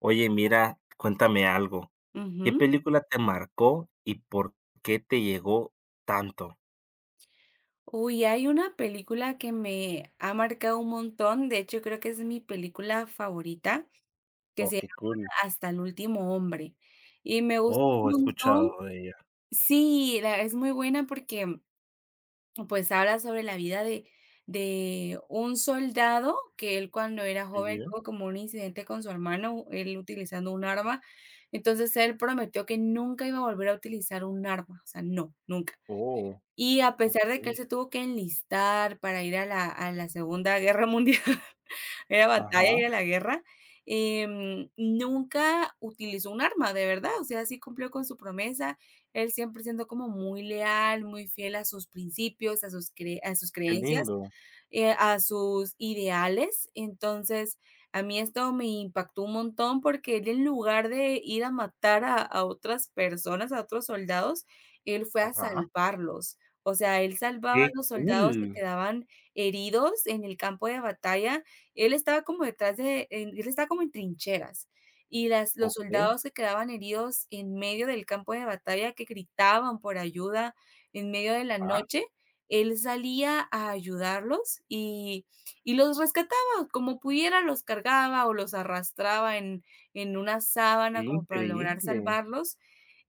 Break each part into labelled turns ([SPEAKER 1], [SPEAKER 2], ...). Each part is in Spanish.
[SPEAKER 1] Oye, mira, cuéntame algo. ¿Qué
[SPEAKER 2] Ujú.
[SPEAKER 1] película te marcó y por qué te llegó tanto?
[SPEAKER 2] Uy, hay una película que me ha marcado un montón, de hecho creo que es mi película favorita, que
[SPEAKER 1] Oh,
[SPEAKER 2] se
[SPEAKER 1] qué
[SPEAKER 2] llama
[SPEAKER 1] cool.
[SPEAKER 2] Hasta el último hombre. Y me gusta
[SPEAKER 1] Oh, he
[SPEAKER 2] un montón.
[SPEAKER 1] escuchado de ella.
[SPEAKER 2] Sí, es muy buena porque pues habla sobre la vida de un soldado que él cuando era
[SPEAKER 1] Muy
[SPEAKER 2] joven
[SPEAKER 1] bien.
[SPEAKER 2] tuvo como un incidente con su hermano, él utilizando un arma. Entonces él prometió que nunca iba a volver a utilizar un arma, o sea, no, nunca.
[SPEAKER 1] Oh,
[SPEAKER 2] Y a pesar
[SPEAKER 1] ok.
[SPEAKER 2] de que él se tuvo que enlistar para ir a la Segunda Guerra Mundial, era
[SPEAKER 1] Ajá,
[SPEAKER 2] batalla ir a la guerra, nunca utilizó un arma, de verdad, o sea, sí cumplió con su promesa. Él siempre siendo como muy leal, muy fiel a sus principios, a sus cre a sus
[SPEAKER 1] qué
[SPEAKER 2] creencias
[SPEAKER 1] lindo.
[SPEAKER 2] a sus ideales. Entonces, a mí esto me impactó un montón porque él en lugar de ir a matar a otras personas, a otros soldados, él fue a
[SPEAKER 1] Ajá.
[SPEAKER 2] salvarlos. O sea, él salvaba
[SPEAKER 1] Qué
[SPEAKER 2] a los soldados que
[SPEAKER 1] cool.
[SPEAKER 2] quedaban heridos en el campo de batalla. Él estaba como detrás él estaba como en trincheras. Los
[SPEAKER 1] Ok.
[SPEAKER 2] soldados que quedaban heridos en medio del campo de batalla, que gritaban por ayuda en medio de la
[SPEAKER 1] Ajá.
[SPEAKER 2] noche, él salía a ayudarlos y los rescataba, como pudiera los cargaba o los arrastraba en una
[SPEAKER 1] Qué
[SPEAKER 2] sábana como para lograr
[SPEAKER 1] increíble.
[SPEAKER 2] salvarlos,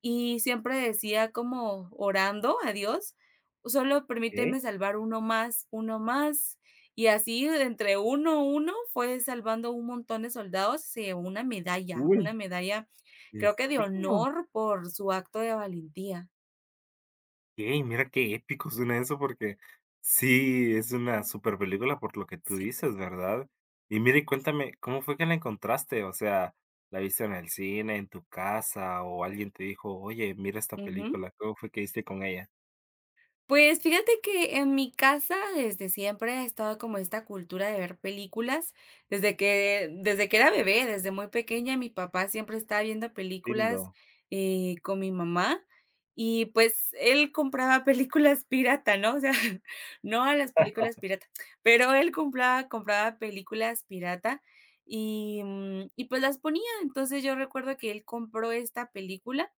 [SPEAKER 2] y siempre decía como orando a Dios: "Solo
[SPEAKER 1] Qué
[SPEAKER 2] permíteme salvar uno más", y así entre uno a uno fue salvando un montón de soldados, se llevó
[SPEAKER 1] cool.
[SPEAKER 2] una medalla,
[SPEAKER 1] ¿En
[SPEAKER 2] creo que de
[SPEAKER 1] serio?
[SPEAKER 2] honor por su acto de valentía.
[SPEAKER 1] Okey, mira qué épico suena eso, porque sí, es una super película por lo que tú
[SPEAKER 2] Sí.
[SPEAKER 1] dices, ¿verdad? Y mira, y cuéntame, ¿cómo fue que la encontraste? O sea, ¿la viste en el cine, en tu casa, o alguien te dijo: "Oye, mira esta
[SPEAKER 2] Ujú.
[SPEAKER 1] película"? ¿Cómo fue que diste con ella?
[SPEAKER 2] Pues fíjate que en mi casa desde siempre ha estado como esta cultura de ver películas. Desde que era bebé, desde muy pequeña, mi papá siempre estaba viendo
[SPEAKER 1] Qué
[SPEAKER 2] películas,
[SPEAKER 1] lindo,
[SPEAKER 2] con mi mamá y, pues, él compraba películas pirata, ¿no? O sea, no a las películas pirata, pero él compraba películas pirata y, y, pues, las ponía. Entonces, yo recuerdo que él compró esta película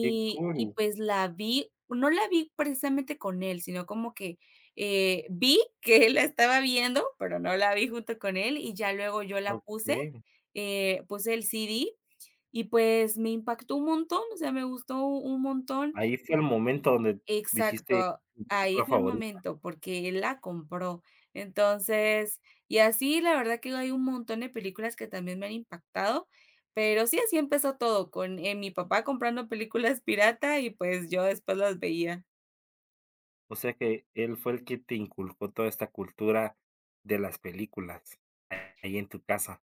[SPEAKER 1] qué cool.
[SPEAKER 2] pues la vi, no la vi precisamente con él, sino como que, vi que él la estaba viendo, pero no la vi junto con él, y ya luego yo la puse,
[SPEAKER 1] Okey.
[SPEAKER 2] puse el CD, y pues me impactó un montón, o sea, me gustó un montón.
[SPEAKER 1] Ahí fue el momento donde dijiste:
[SPEAKER 2] Exacto,
[SPEAKER 1] "Mi película
[SPEAKER 2] ahí fue el
[SPEAKER 1] favorita".
[SPEAKER 2] momento, porque él la compró. Entonces, y así la verdad que hay un montón de películas que también me han impactado, pero sí, así empezó todo, con, mi papá comprando películas pirata y pues yo después las veía.
[SPEAKER 1] O sea que él fue el que te inculcó toda esta cultura de las películas, ahí en tu casa.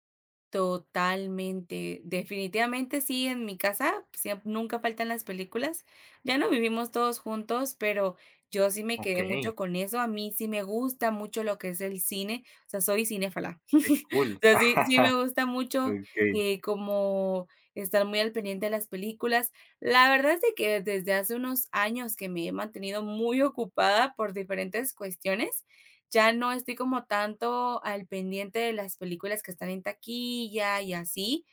[SPEAKER 2] Totalmente, definitivamente sí, en mi casa siem nunca faltan las películas. Ya no vivimos todos juntos, pero yo sí me quedé
[SPEAKER 1] Okey,
[SPEAKER 2] mucho con eso. A mí sí me gusta mucho lo que es el cine, o sea, soy cinéfala.
[SPEAKER 1] qué cool.
[SPEAKER 2] O sea, sí me gusta mucho,
[SPEAKER 1] Okey,
[SPEAKER 2] como estar muy al pendiente de las películas. La verdad es de que desde hace unos años que me he mantenido muy ocupada por diferentes cuestiones, ya no estoy como tanto al pendiente de las películas que están en taquilla y así,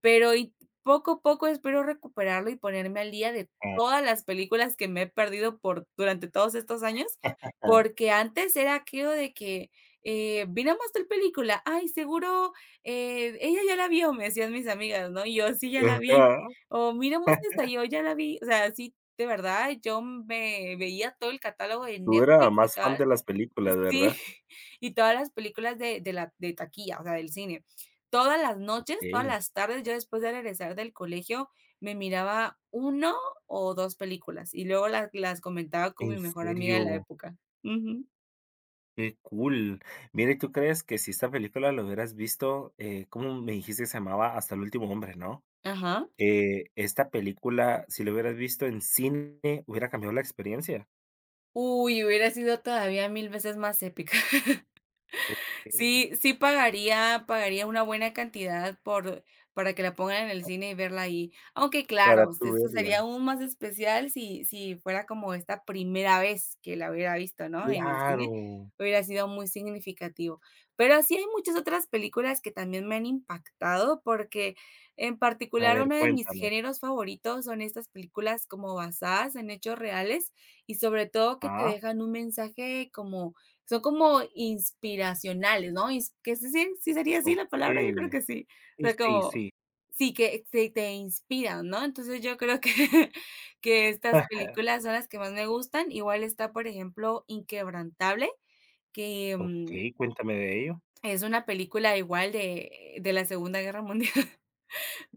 [SPEAKER 2] pero poco a poco espero recuperarlo y ponerme al día de
[SPEAKER 1] ah,
[SPEAKER 2] todas las películas que me he perdido por durante todos estos años, porque antes era aquello de que, vi nada más tal película, ay, seguro, ella ya la vio, me decían mis amigas, ¿no? Y yo, sí, ya la vi.
[SPEAKER 1] ajá,
[SPEAKER 2] O miramos esta, yo ya la vi. O sea, sí, de verdad, yo me veía todo el catálogo de
[SPEAKER 1] tú era
[SPEAKER 2] Netflix y
[SPEAKER 1] más fan de
[SPEAKER 2] todas.
[SPEAKER 1] las películas,
[SPEAKER 2] Sí,
[SPEAKER 1] ¿verdad?
[SPEAKER 2] y todas las películas de taquilla, o sea, del cine. Todas las noches, todas
[SPEAKER 1] Okey,
[SPEAKER 2] las tardes, yo después de regresar del colegio, me miraba uno o 2 películas, y luego las comentaba con
[SPEAKER 1] ¿en
[SPEAKER 2] mi mejor amiga de la
[SPEAKER 1] serio?
[SPEAKER 2] época. Ujú.
[SPEAKER 1] Qué cool. Mira, ¿y tú crees que si esta película la hubieras visto, cómo me dijiste que se llamaba Hasta el último hombre, ¿no?
[SPEAKER 2] Ajá.
[SPEAKER 1] Esta película, si la hubieras visto en cine, hubiera cambiado la experiencia.
[SPEAKER 2] Uy, hubiera sido todavía 1000 veces más épica.
[SPEAKER 1] Okey,
[SPEAKER 2] Sí, sí pagaría una buena cantidad por para que la pongan en el cine y verla ahí. Aunque
[SPEAKER 1] para
[SPEAKER 2] claro,
[SPEAKER 1] tú
[SPEAKER 2] esto sería
[SPEAKER 1] verla.
[SPEAKER 2] aún más especial si fuera como esta primera vez que la hubiera visto, ¿no?, en el cine,
[SPEAKER 1] Claro.
[SPEAKER 2] hubiera sido muy significativo. Pero así hay muchas otras películas que también me han impactado, porque en
[SPEAKER 1] A
[SPEAKER 2] particular
[SPEAKER 1] ver,
[SPEAKER 2] uno de mis
[SPEAKER 1] cuéntame.
[SPEAKER 2] géneros favoritos son estas películas como basadas en hechos reales y sobre todo que te
[SPEAKER 1] Ah,
[SPEAKER 2] dejan un mensaje como son como inspiracionales, ¿no? Ins Que sí, sí sería así la palabra, yo
[SPEAKER 1] okey.
[SPEAKER 2] creo que sí. O
[SPEAKER 1] Sí,
[SPEAKER 2] sea,
[SPEAKER 1] sí,
[SPEAKER 2] como
[SPEAKER 1] sí.
[SPEAKER 2] sí, que te inspiran, ¿no? Entonces, yo creo que que estas películas son las que más me gustan. Igual está, por ejemplo, Inquebrantable, que,
[SPEAKER 1] Okey, cuéntame de ello.
[SPEAKER 2] es una película igual de la Segunda Guerra Mundial.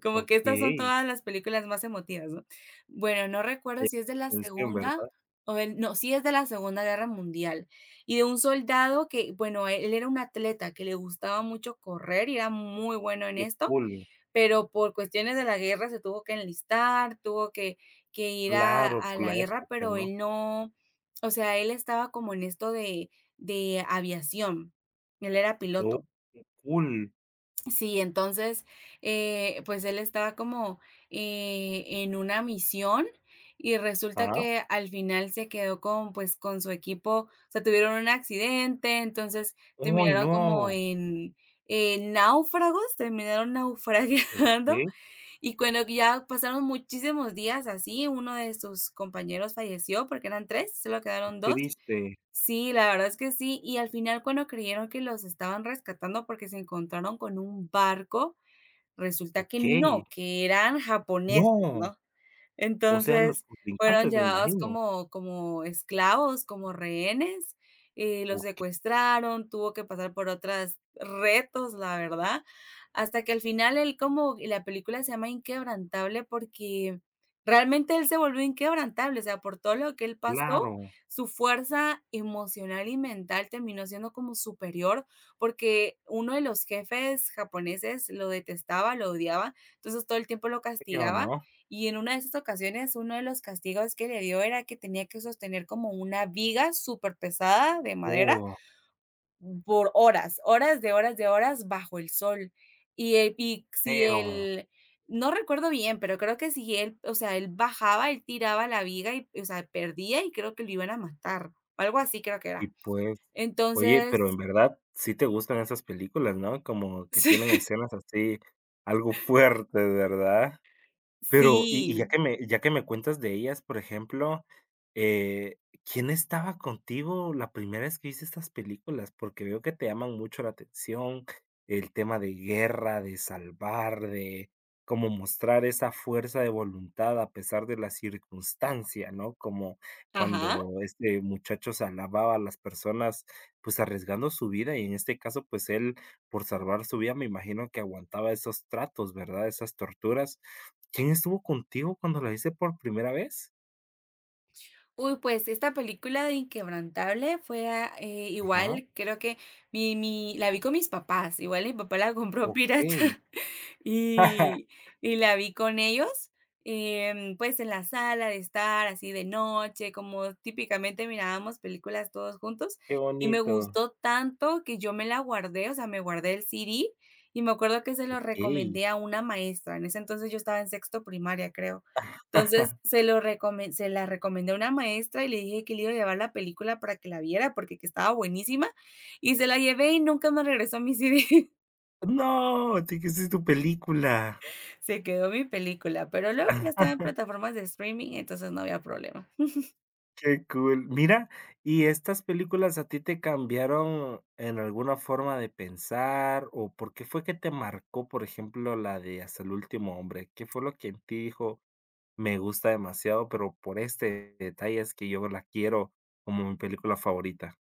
[SPEAKER 2] Como que estas son
[SPEAKER 1] Okey.
[SPEAKER 2] todas las películas más emotivas, ¿no? Bueno, no recuerdo
[SPEAKER 1] De
[SPEAKER 2] si es de la
[SPEAKER 1] atención,
[SPEAKER 2] Segunda
[SPEAKER 1] ¿verdad?
[SPEAKER 2] o del no, sí es de la Segunda Guerra Mundial, y de un soldado que, bueno, él era un atleta que le gustaba mucho correr y era muy bueno en
[SPEAKER 1] Qué
[SPEAKER 2] esto,
[SPEAKER 1] cool.
[SPEAKER 2] pero por cuestiones de la guerra se tuvo que enlistar, tuvo que ir a
[SPEAKER 1] Claro, por
[SPEAKER 2] la
[SPEAKER 1] la
[SPEAKER 2] guerra,
[SPEAKER 1] época,
[SPEAKER 2] pero
[SPEAKER 1] ¿no?
[SPEAKER 2] él no, o sea, él estaba como en esto de aviación, él era
[SPEAKER 1] Oh,
[SPEAKER 2] piloto.
[SPEAKER 1] qué cool.
[SPEAKER 2] Sí, entonces, pues él estaba como, en una misión y resulta
[SPEAKER 1] Ah,
[SPEAKER 2] que al final se quedó con, pues, con su equipo, o sea, tuvieron un accidente, entonces
[SPEAKER 1] ¡ay,
[SPEAKER 2] terminaron como
[SPEAKER 1] no!
[SPEAKER 2] en náufragos, terminaron naufragando
[SPEAKER 1] Okey,
[SPEAKER 2] y cuando ya pasaron muchísimos días así, uno de sus compañeros falleció porque eran 3, solo
[SPEAKER 1] qué
[SPEAKER 2] quedaron 2.
[SPEAKER 1] triste.
[SPEAKER 2] Sí, la verdad es que sí, y al final cuando creyeron que los estaban rescatando porque se encontraron con un barco, resulta que
[SPEAKER 1] Okey.
[SPEAKER 2] no, que eran japoneses,
[SPEAKER 1] No,
[SPEAKER 2] ¿no?
[SPEAKER 1] o sea, los
[SPEAKER 2] Entonces, fueron
[SPEAKER 1] contrincantes, me
[SPEAKER 2] llevados
[SPEAKER 1] imagino.
[SPEAKER 2] como esclavos, como rehenes, y los
[SPEAKER 1] Okey,
[SPEAKER 2] secuestraron, tuvo que pasar por otros retos, la verdad, hasta que al final él como y la película se llama Inquebrantable porque realmente él se volvió inquebrantable, o sea, por todo lo que él pasó,
[SPEAKER 1] claro.
[SPEAKER 2] su fuerza emocional y mental terminó siendo como superior, porque uno de los jefes japoneses lo detestaba, lo odiaba, entonces todo el tiempo lo
[SPEAKER 1] Feo,
[SPEAKER 2] castigaba
[SPEAKER 1] ¿no?
[SPEAKER 2] y en una de esas ocasiones, uno de los castigos que le dio era que tenía que sostener como una viga súper pesada de madera
[SPEAKER 1] Oh,
[SPEAKER 2] por horas, horas de horas bajo el sol. Y si
[SPEAKER 1] feo.
[SPEAKER 2] él, no recuerdo bien, pero creo que si él, o sea, él bajaba, él tiraba la viga y, o sea, perdía y creo que lo iban a matar, algo así creo que
[SPEAKER 1] Y
[SPEAKER 2] era.
[SPEAKER 1] pues, oye, pero en
[SPEAKER 2] Entonces,
[SPEAKER 1] verdad sí te gustan esas películas, ¿no? Como que tienen
[SPEAKER 2] sí,
[SPEAKER 1] escenas así, algo fuerte, ¿verdad? Pero, y ya
[SPEAKER 2] sí,
[SPEAKER 1] que me ya que me cuentas de ellas, por ejemplo, eh, ¿quién estaba contigo la primera vez que viste estas películas? Porque veo que te llaman mucho la atención, el tema de guerra, de salvar, de cómo mostrar esa fuerza de voluntad a pesar de la circunstancia, ¿no? Como
[SPEAKER 2] ajá.
[SPEAKER 1] cuando este muchacho se alababa a las personas, pues, arriesgando su vida, y en este caso, pues, él por salvar su vida, me imagino que aguantaba esos tratos, ¿verdad? Esas torturas. ¿Quién estuvo contigo cuando la viste por primera vez?
[SPEAKER 2] Uy, pues esta película de Inquebrantable fue,
[SPEAKER 1] Ajá,
[SPEAKER 2] igual creo que mi la vi con mis papás, igual mi papá la compró pirata
[SPEAKER 1] okey.
[SPEAKER 2] y la vi con ellos, pues en la sala de estar así de noche, como típicamente mirábamos películas todos juntos,
[SPEAKER 1] Qué
[SPEAKER 2] y me
[SPEAKER 1] bonito.
[SPEAKER 2] gustó tanto que yo me la guardé, o sea, me guardé el CD y me acuerdo que se lo
[SPEAKER 1] Okey.
[SPEAKER 2] recomendé a una maestra, en ese entonces yo estaba en sexto primaria, creo. Entonces, se la recomendé a una maestra y le dije que le iba a llevar la película para que la viera, porque que estaba buenísima, y se la llevé y nunca me regresó mi CD.
[SPEAKER 1] No, te quedaste es tu película.
[SPEAKER 2] Se quedó mi película, pero luego ya estaba en plataformas de streaming, entonces no había problema.
[SPEAKER 1] Qué cool. Mira, ¿y estas películas a ti te cambiaron en alguna forma de pensar, o por qué fue que te marcó, por ejemplo, la de Hasta el último hombre? ¿Qué fue lo que en ti dijo: "Me gusta demasiado, pero por este detalle es que yo la quiero como mi película favorita"?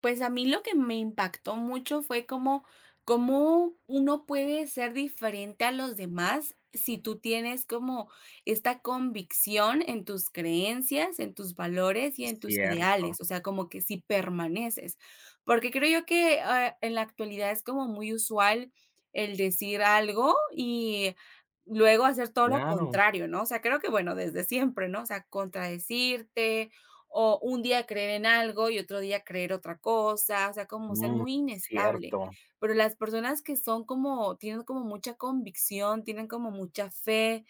[SPEAKER 2] Pues a mí lo que me impactó mucho fue cómo uno puede ser diferente a los demás si tú tienes como esta convicción en tus creencias, en tus valores y
[SPEAKER 1] Es
[SPEAKER 2] en tus
[SPEAKER 1] cierto.
[SPEAKER 2] ideales, o sea, como que si permaneces. Porque creo yo que, en la actualidad es como muy usual el decir algo y luego hacer todo lo
[SPEAKER 1] Claro.
[SPEAKER 2] contrario, ¿no? O sea, creo que, bueno, desde siempre, ¿no? O sea, contradecirte, o un día creer en algo y otro día creer otra cosa, o sea, como ser
[SPEAKER 1] Mm,
[SPEAKER 2] muy inestable.
[SPEAKER 1] cierto.
[SPEAKER 2] Pero las personas que son como, tienen como mucha convicción, tienen como mucha fe,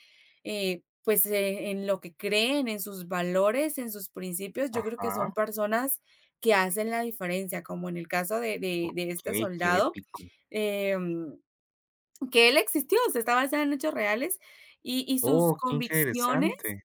[SPEAKER 2] en lo que creen, en sus valores, en sus principios, yo creo que son
[SPEAKER 1] Ajá.
[SPEAKER 2] personas que hacen la diferencia, como en el caso de, de este
[SPEAKER 1] Okey, qué
[SPEAKER 2] soldado,
[SPEAKER 1] épico.
[SPEAKER 2] em, que él existió, se está basado en hechos reales y sus
[SPEAKER 1] Oh, qué
[SPEAKER 2] convicciones
[SPEAKER 1] interesante.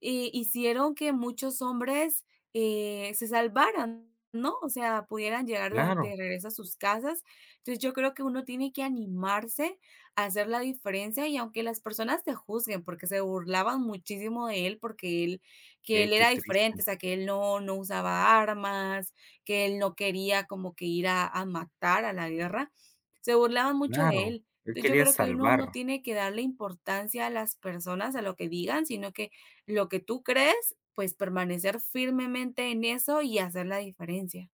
[SPEAKER 2] hicieron que muchos hombres, se salvaran, ¿no? O sea, pudieran llegar
[SPEAKER 1] Claro.
[SPEAKER 2] de regreso a sus casas. Entonces, yo creo que uno tiene que animarse a hacer la diferencia, y aunque las personas te juzguen, porque se burlaban muchísimo de él, porque él que
[SPEAKER 1] Okey,
[SPEAKER 2] él
[SPEAKER 1] qué
[SPEAKER 2] era
[SPEAKER 1] triste.
[SPEAKER 2] diferente, o sea, que él no usaba armas, que él no quería como que ir a matar a la guerra. Se burlaban mucho de
[SPEAKER 1] Claro,
[SPEAKER 2] él.
[SPEAKER 1] él
[SPEAKER 2] Entonces, yo
[SPEAKER 1] quería
[SPEAKER 2] creo que uno no
[SPEAKER 1] salvar.
[SPEAKER 2] tiene que darle importancia a las personas, a lo que digan, sino que lo que tú crees, pues, permanecer firmemente en eso y hacer la diferencia.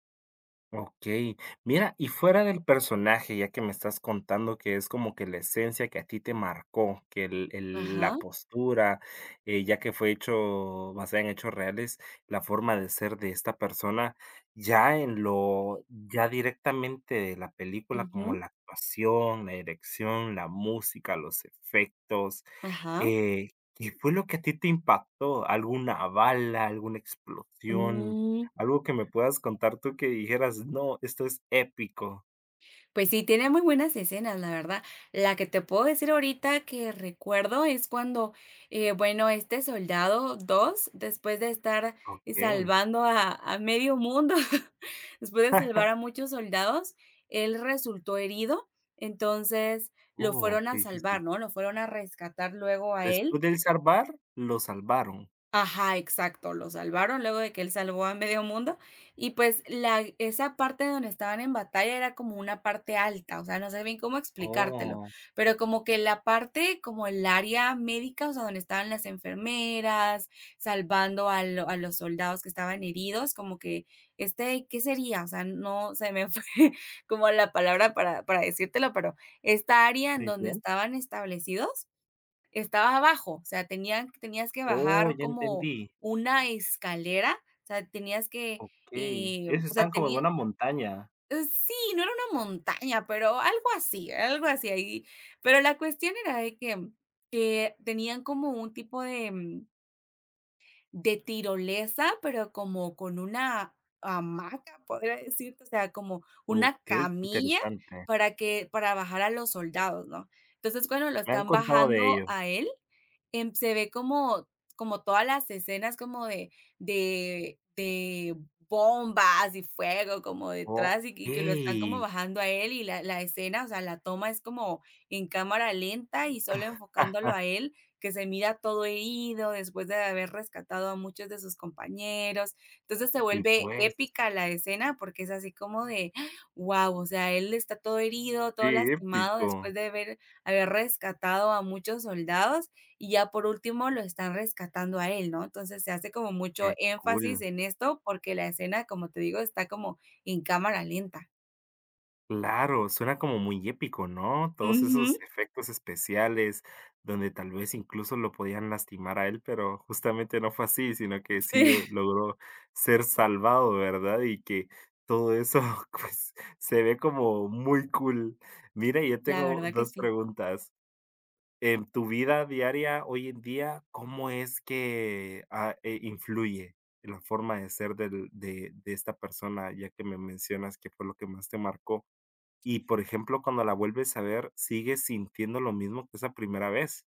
[SPEAKER 1] Okey. Mira, y fuera del personaje, ya que me estás contando que es como que la esencia que a ti te marcó, que el
[SPEAKER 2] Ajá,
[SPEAKER 1] la postura, ya que fue hecho basada en hechos reales, la forma de ser de esta persona, ya en lo ya directamente de la película, como
[SPEAKER 2] ujú,
[SPEAKER 1] la actuación, la dirección, la música, los efectos,
[SPEAKER 2] ajá.
[SPEAKER 1] eh, ¿qué fue lo que a ti te impactó? ¿Alguna bala, alguna explosión,
[SPEAKER 2] Mm,
[SPEAKER 1] algo que me puedas contar tú que dijeras: "No, esto es épico"?
[SPEAKER 2] pues sí, tiene muy buenas escenas, la verdad. La que te puedo decir ahorita que recuerdo es cuando, bueno, este soldado 2, después de estar
[SPEAKER 1] Okey.
[SPEAKER 2] salvando a medio mundo, después de salvar a muchos soldados, él resultó herido, entonces lo
[SPEAKER 1] Oh,
[SPEAKER 2] fueron
[SPEAKER 1] qué
[SPEAKER 2] a
[SPEAKER 1] difícil.
[SPEAKER 2] salvar, ¿no? Lo fueron a rescatar luego a él.
[SPEAKER 1] Después del salvar, lo salvaron.
[SPEAKER 2] Ajá, exacto, lo salvaron luego de que él salvó a medio mundo y, pues, la esa parte donde estaban en batalla era como una parte alta, o sea, no sé bien cómo explicártelo,
[SPEAKER 1] Oh,
[SPEAKER 2] pero como que la parte, como el área médica, o sea, donde estaban las enfermeras, salvando a lo a los soldados que estaban heridos, como que, este, ¿qué sería? O sea, no se me fue como la palabra para decírtelo, pero esta área en
[SPEAKER 1] muy
[SPEAKER 2] donde
[SPEAKER 1] bien.
[SPEAKER 2] estaban establecidos. Estabas abajo, o sea, tenían tenías que
[SPEAKER 1] Oh,
[SPEAKER 2] bajar
[SPEAKER 1] ya
[SPEAKER 2] como
[SPEAKER 1] entendí.
[SPEAKER 2] una escalera, o sea, tenías que,
[SPEAKER 1] Okey. Ellos
[SPEAKER 2] o sea,
[SPEAKER 1] están como en
[SPEAKER 2] tenía
[SPEAKER 1] una montaña.
[SPEAKER 2] sí, no era una montaña, pero algo así ahí. Pero la cuestión era de que tenían como un tipo de, de tirolesa, pero como con una hamaca, podría decirte, o sea, como
[SPEAKER 1] Okey,
[SPEAKER 2] una
[SPEAKER 1] qué
[SPEAKER 2] camilla
[SPEAKER 1] interesante.
[SPEAKER 2] para bajar a los soldados, ¿no? Entonces, cuando lo
[SPEAKER 1] Me han
[SPEAKER 2] están
[SPEAKER 1] contado de
[SPEAKER 2] bajando
[SPEAKER 1] ello.
[SPEAKER 2] a él, se ve como como todas las escenas como de bombas y fuego como detrás y que lo están como
[SPEAKER 1] Okey.
[SPEAKER 2] bajando a él y la escena, o sea, la toma es como en cámara lenta y solo enfocándolo a él, que se mira todo herido después de haber rescatado a muchos de sus compañeros. Entonces se
[SPEAKER 1] Así
[SPEAKER 2] vuelve
[SPEAKER 1] pues.
[SPEAKER 2] épica la escena porque es así como de, wow, o sea, él está todo herido, todo
[SPEAKER 1] Qué
[SPEAKER 2] lastimado
[SPEAKER 1] épico.
[SPEAKER 2] después de haber rescatado a muchos soldados y ya por último lo están rescatando a él, ¿no? Entonces se hace como mucho
[SPEAKER 1] Qué
[SPEAKER 2] énfasis
[SPEAKER 1] cool.
[SPEAKER 2] en esto porque la escena, como te digo, está como en cámara lenta.
[SPEAKER 1] Claro, suena como muy épico, ¿no? Todos
[SPEAKER 2] Ujú,
[SPEAKER 1] esos efectos especiales, donde tal vez incluso lo podían lastimar a él, pero justamente no fue así, sino que sí
[SPEAKER 2] sí.
[SPEAKER 1] o logró ser salvado, ¿verdad? Y que todo eso, pues, se ve como muy cool. Mira, yo
[SPEAKER 2] La
[SPEAKER 1] tengo
[SPEAKER 2] verdad que
[SPEAKER 1] 2
[SPEAKER 2] sí.
[SPEAKER 1] preguntas. En tu vida diaria hoy en día, ¿cómo es que, influye la forma de ser del de esta persona? Ya que me mencionas que fue lo que más te marcó. Y, por ejemplo, cuando la vuelves a ver, ¿sigues sintiendo lo mismo que esa primera vez?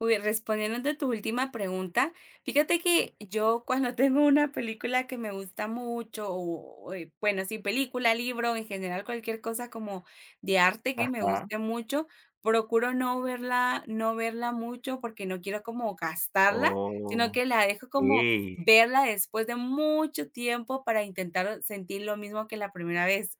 [SPEAKER 2] Uy, respondiendo a tu última pregunta, fíjate que yo cuando tengo una película que me gusta mucho, sí, película, libro, en general cualquier cosa como de arte que me
[SPEAKER 1] Ajá.
[SPEAKER 2] guste mucho, procuro no verla, no verla mucho porque no quiero como gastarla, sino
[SPEAKER 1] Okey,
[SPEAKER 2] que la dejo como verla después de mucho tiempo para intentar sentir lo mismo que la primera vez.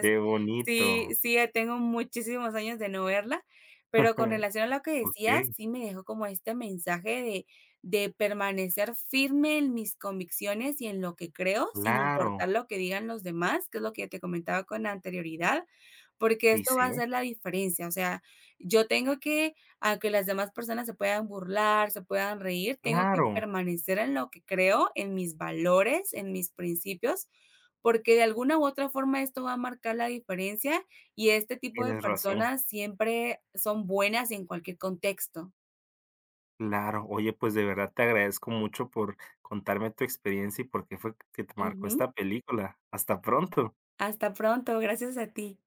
[SPEAKER 1] qué bonito.
[SPEAKER 2] sí, sí, tengo muchísimos años de no verla, pero con relación a lo que decías,
[SPEAKER 1] Okey,
[SPEAKER 2] sí me dejó como este mensaje de permanecer firme en mis convicciones y en lo que creo, sin
[SPEAKER 1] claro.
[SPEAKER 2] importar lo que digan los demás, que es lo que te comentaba con anterioridad, porque
[SPEAKER 1] Sí
[SPEAKER 2] esto va a
[SPEAKER 1] sí,
[SPEAKER 2] hacer la diferencia. O sea, yo tengo que, aunque las demás personas se puedan burlar, se puedan reír, tengo que
[SPEAKER 1] claro,
[SPEAKER 2] permanecer en lo que creo, en mis valores, en mis principios, porque de alguna u otra forma esto va a marcar la diferencia y este tipo de
[SPEAKER 1] tienes razón.
[SPEAKER 2] personas siempre son buenas en cualquier contexto.
[SPEAKER 1] Claro. Oye, pues, de verdad te agradezco mucho por contarme tu experiencia y por qué fue que te marcó
[SPEAKER 2] Ujú.
[SPEAKER 1] esta película. Hasta pronto.
[SPEAKER 2] Hasta pronto, gracias a ti.